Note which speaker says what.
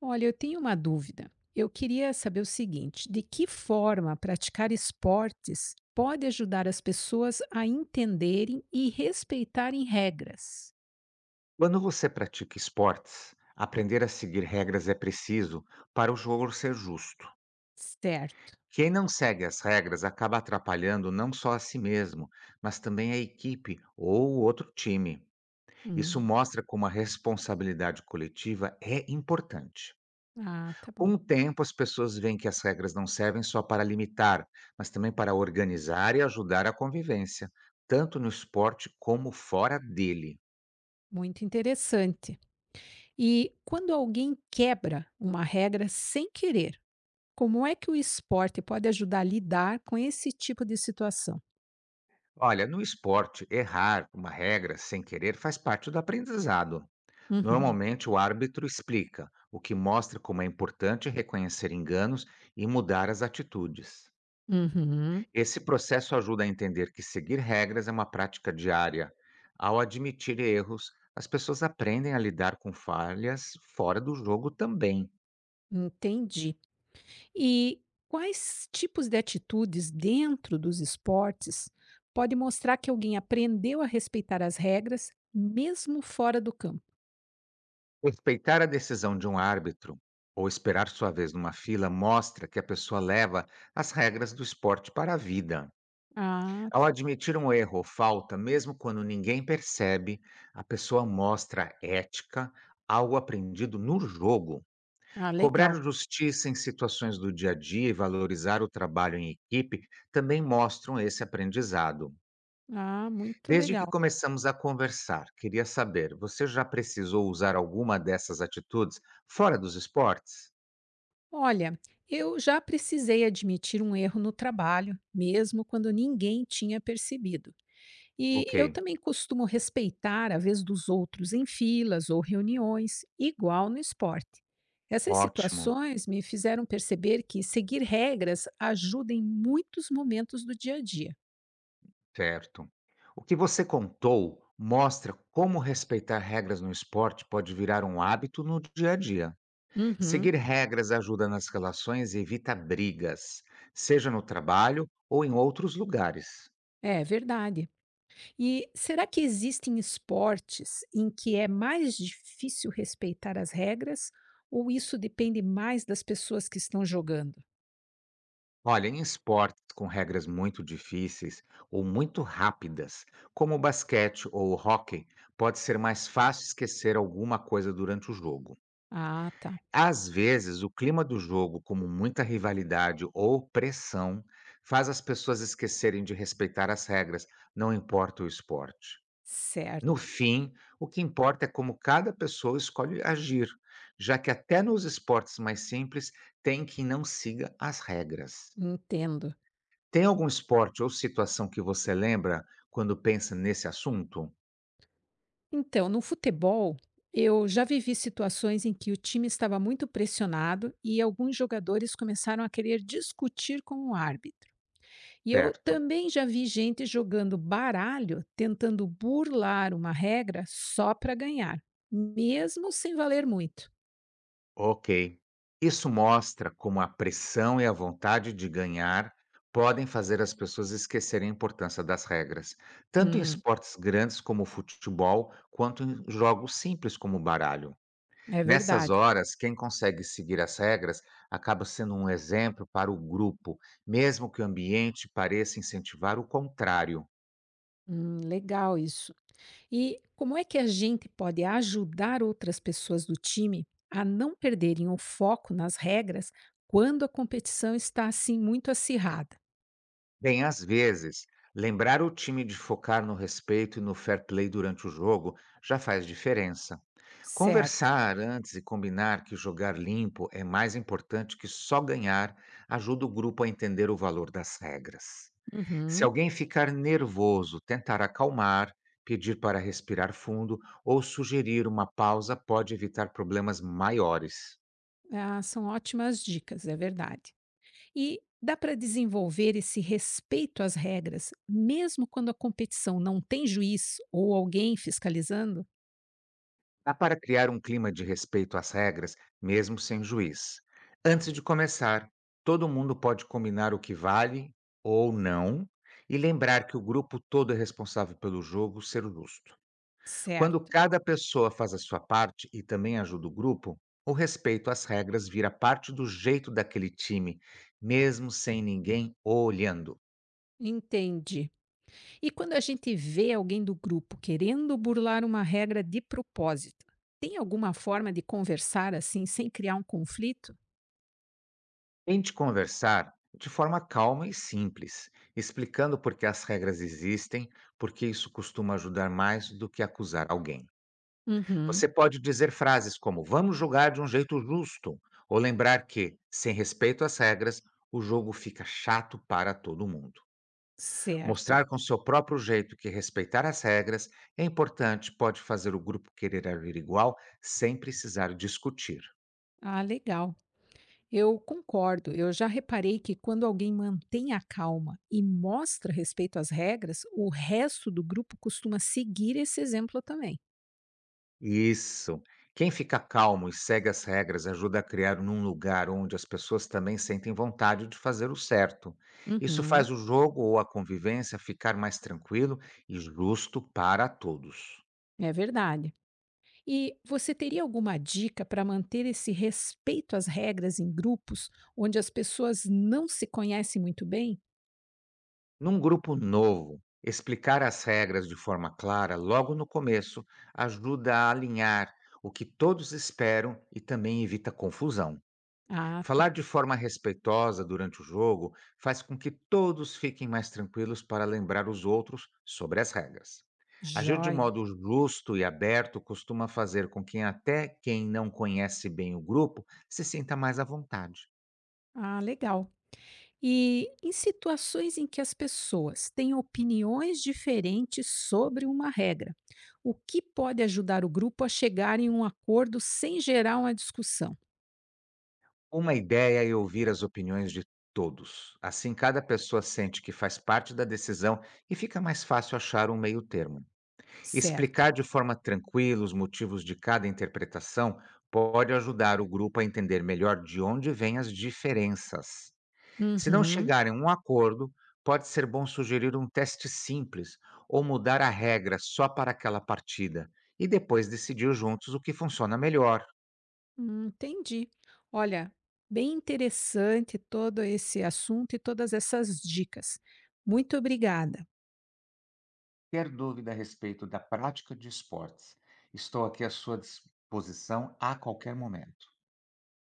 Speaker 1: Olha, eu tenho uma dúvida. Eu queria saber o seguinte: de que forma praticar esportes pode ajudar as pessoas a entenderem e respeitarem regras?
Speaker 2: Quando você pratica esportes, aprender a seguir regras é preciso para o jogo ser justo.
Speaker 1: Certo.
Speaker 2: Quem não segue as regras acaba atrapalhando não só a si mesmo, mas também a equipe ou o outro time. Isso
Speaker 1: Hum.
Speaker 2: mostra como a responsabilidade coletiva é importante.
Speaker 1: Ah, tá bom.
Speaker 2: Com o tempo, as pessoas veem que as regras não servem só para limitar, mas também para organizar e ajudar a convivência, tanto no esporte como fora dele.
Speaker 1: Muito interessante. E quando alguém quebra uma regra sem querer, como é que o esporte pode ajudar a lidar com esse tipo de situação?
Speaker 2: Olha, no esporte, errar uma regra sem querer faz parte do aprendizado.
Speaker 1: Uhum,
Speaker 2: Normalmente, o árbitro explica, o que mostra como é importante reconhecer enganos e mudar as atitudes.
Speaker 1: uhum,
Speaker 2: Esse processo ajuda a entender que seguir regras é uma prática diária. Ao admitir erros, as pessoas aprendem a lidar com falhas fora do jogo também.
Speaker 1: entendi. E quais tipos de atitudes dentro dos esportes pode mostrar que alguém aprendeu a respeitar as regras, mesmo fora do campo?
Speaker 2: Respeitar a decisão de um árbitro ou esperar sua vez numa fila mostra que a pessoa leva as regras do esporte para a vida.
Speaker 1: Ah,
Speaker 2: Ao
Speaker 1: tá.
Speaker 2: admitir um erro ou falta, mesmo quando ninguém percebe, a pessoa mostra ética, algo aprendido no jogo.
Speaker 1: Ah,
Speaker 2: Cobrar
Speaker 1: legal.
Speaker 2: justiça em situações do dia a dia e valorizar o trabalho em equipe também mostram esse aprendizado.
Speaker 1: Ah, muito
Speaker 2: Desde que
Speaker 1: legal.
Speaker 2: começamos a conversar, queria saber: você já precisou usar alguma dessas atitudes fora dos esportes?
Speaker 1: Olha, eu já precisei admitir um erro no trabalho, mesmo quando ninguém tinha percebido. E
Speaker 2: Ok,
Speaker 1: eu também costumo respeitar a vez dos outros em filas ou reuniões, igual no esporte. Essas
Speaker 2: ótimo.
Speaker 1: situações me fizeram perceber que seguir regras ajuda em muitos momentos do dia a dia.
Speaker 2: Certo. O que você contou mostra como respeitar regras no esporte pode virar um hábito no dia a dia.
Speaker 1: Uhum,
Speaker 2: Seguir regras ajuda nas relações e evita brigas, seja no trabalho ou em outros lugares.
Speaker 1: é verdade. E será que existem esportes em que é mais difícil respeitar as regras ou isso depende mais das pessoas que estão jogando?
Speaker 2: Olha, em esportes com regras muito difíceis ou muito rápidas, como o basquete ou o hóquei, pode ser mais fácil esquecer alguma coisa durante o jogo.
Speaker 1: Ah, tá.
Speaker 2: Às vezes, o clima do jogo, como muita rivalidade ou pressão, faz as pessoas esquecerem de respeitar as regras, não importa o esporte. No
Speaker 1: Certo.
Speaker 2: fim, o que importa é como cada pessoa escolhe agir, já que até nos esportes mais simples tem quem não siga as regras.
Speaker 1: Entendo.
Speaker 2: Tem algum esporte ou situação que você lembra quando pensa nesse assunto?
Speaker 1: Então, no futebol, eu já vivi situações em que o time estava muito pressionado e alguns jogadores começaram a querer discutir com o árbitro. E eu
Speaker 2: Certo.
Speaker 1: também já vi gente jogando baralho, tentando burlar uma regra só para ganhar, mesmo sem valer muito.
Speaker 2: Ok. Isso mostra como a pressão e a vontade de ganhar podem fazer as pessoas esquecerem a importância das regras, tanto em
Speaker 1: Hum,
Speaker 2: esportes grandes como o futebol, quanto em jogos simples como o baralho.
Speaker 1: é
Speaker 2: Nessas
Speaker 1: verdade.
Speaker 2: horas, quem consegue seguir as regras acaba sendo um exemplo para o grupo, mesmo que o ambiente pareça incentivar o contrário.
Speaker 1: Legal isso. E como é que a gente pode ajudar outras pessoas do time a não perderem o foco nas regras quando a competição está assim muito acirrada?
Speaker 2: Bem, às vezes, lembrar o time de focar no respeito e no fair play durante o jogo já faz diferença.
Speaker 1: Certo.
Speaker 2: Conversar antes e combinar que jogar limpo é mais importante que só ganhar ajuda o grupo a entender o valor das regras. Se
Speaker 1: Uhum.
Speaker 2: alguém ficar nervoso, tentar acalmar, pedir para respirar fundo ou sugerir uma pausa pode evitar problemas maiores.
Speaker 1: Ah, são ótimas dicas, é verdade. E dá para desenvolver esse respeito às regras, mesmo quando a competição não tem juiz ou alguém fiscalizando?
Speaker 2: Dá para criar um clima de respeito às regras, mesmo sem juiz. Antes de começar, todo mundo pode combinar o que vale ou não e lembrar que o grupo todo é responsável pelo jogo ser justo. Quando
Speaker 1: Certo.
Speaker 2: cada pessoa faz a sua parte e também ajuda o grupo, o respeito às regras vira parte do jeito daquele time, mesmo sem ninguém olhando.
Speaker 1: Entendi. E quando a gente vê alguém do grupo querendo burlar uma regra de propósito, tem alguma forma de conversar assim sem criar um conflito?
Speaker 2: Tente conversar de forma calma e simples, explicando por que as regras existem, porque isso costuma ajudar mais do que acusar alguém.
Speaker 1: Uhum.
Speaker 2: Você pode dizer frases como vamos jogar de um jeito justo, ou lembrar que, sem respeito às regras, o jogo fica chato para todo mundo.
Speaker 1: Certo.
Speaker 2: Mostrar com seu próprio jeito que respeitar as regras é importante, pode fazer o grupo querer agir igual sem precisar discutir.
Speaker 1: Ah, legal. Eu concordo. Eu já reparei que quando alguém mantém a calma e mostra respeito às regras, o resto do grupo costuma seguir esse exemplo também.
Speaker 2: Isso. Quem fica calmo e segue as regras ajuda a criar um lugar onde as pessoas também sentem vontade de fazer o certo. Isso
Speaker 1: Uhum.
Speaker 2: faz o jogo ou a convivência ficar mais tranquilo e justo para todos.
Speaker 1: É verdade. E você teria alguma dica para manter esse respeito às regras em grupos onde as pessoas não se conhecem muito bem?
Speaker 2: Num grupo novo, explicar as regras de forma clara logo no começo ajuda a alinhar o que todos esperam e também evita confusão.
Speaker 1: Ah,
Speaker 2: Falar
Speaker 1: tá.
Speaker 2: de forma respeitosa durante o jogo faz com que todos fiquem mais tranquilos para lembrar os outros sobre as regras. Agir de
Speaker 1: Joia.
Speaker 2: modo justo e aberto costuma fazer com que até quem não conhece bem o grupo se sinta mais à vontade.
Speaker 1: Ah, legal. E em situações em que as pessoas têm opiniões diferentes sobre uma regra, o que pode ajudar o grupo a chegar em um acordo sem gerar uma discussão?
Speaker 2: Uma ideia é ouvir as opiniões de todos. Assim, cada pessoa sente que faz parte da decisão e fica mais fácil achar um meio termo.
Speaker 1: Certo.
Speaker 2: Explicar de forma tranquila os motivos de cada interpretação pode ajudar o grupo a entender melhor de onde vêm as diferenças. Se não
Speaker 1: Uhum.
Speaker 2: chegarem a um acordo, pode ser bom sugerir um teste simples ou mudar a regra só para aquela partida e depois decidir juntos o que funciona melhor.
Speaker 1: Entendi. Olha, bem interessante todo esse assunto e todas essas dicas. Muito obrigada.
Speaker 2: Ter dúvida a respeito da prática de esportes. Estou aqui à sua disposição a qualquer momento.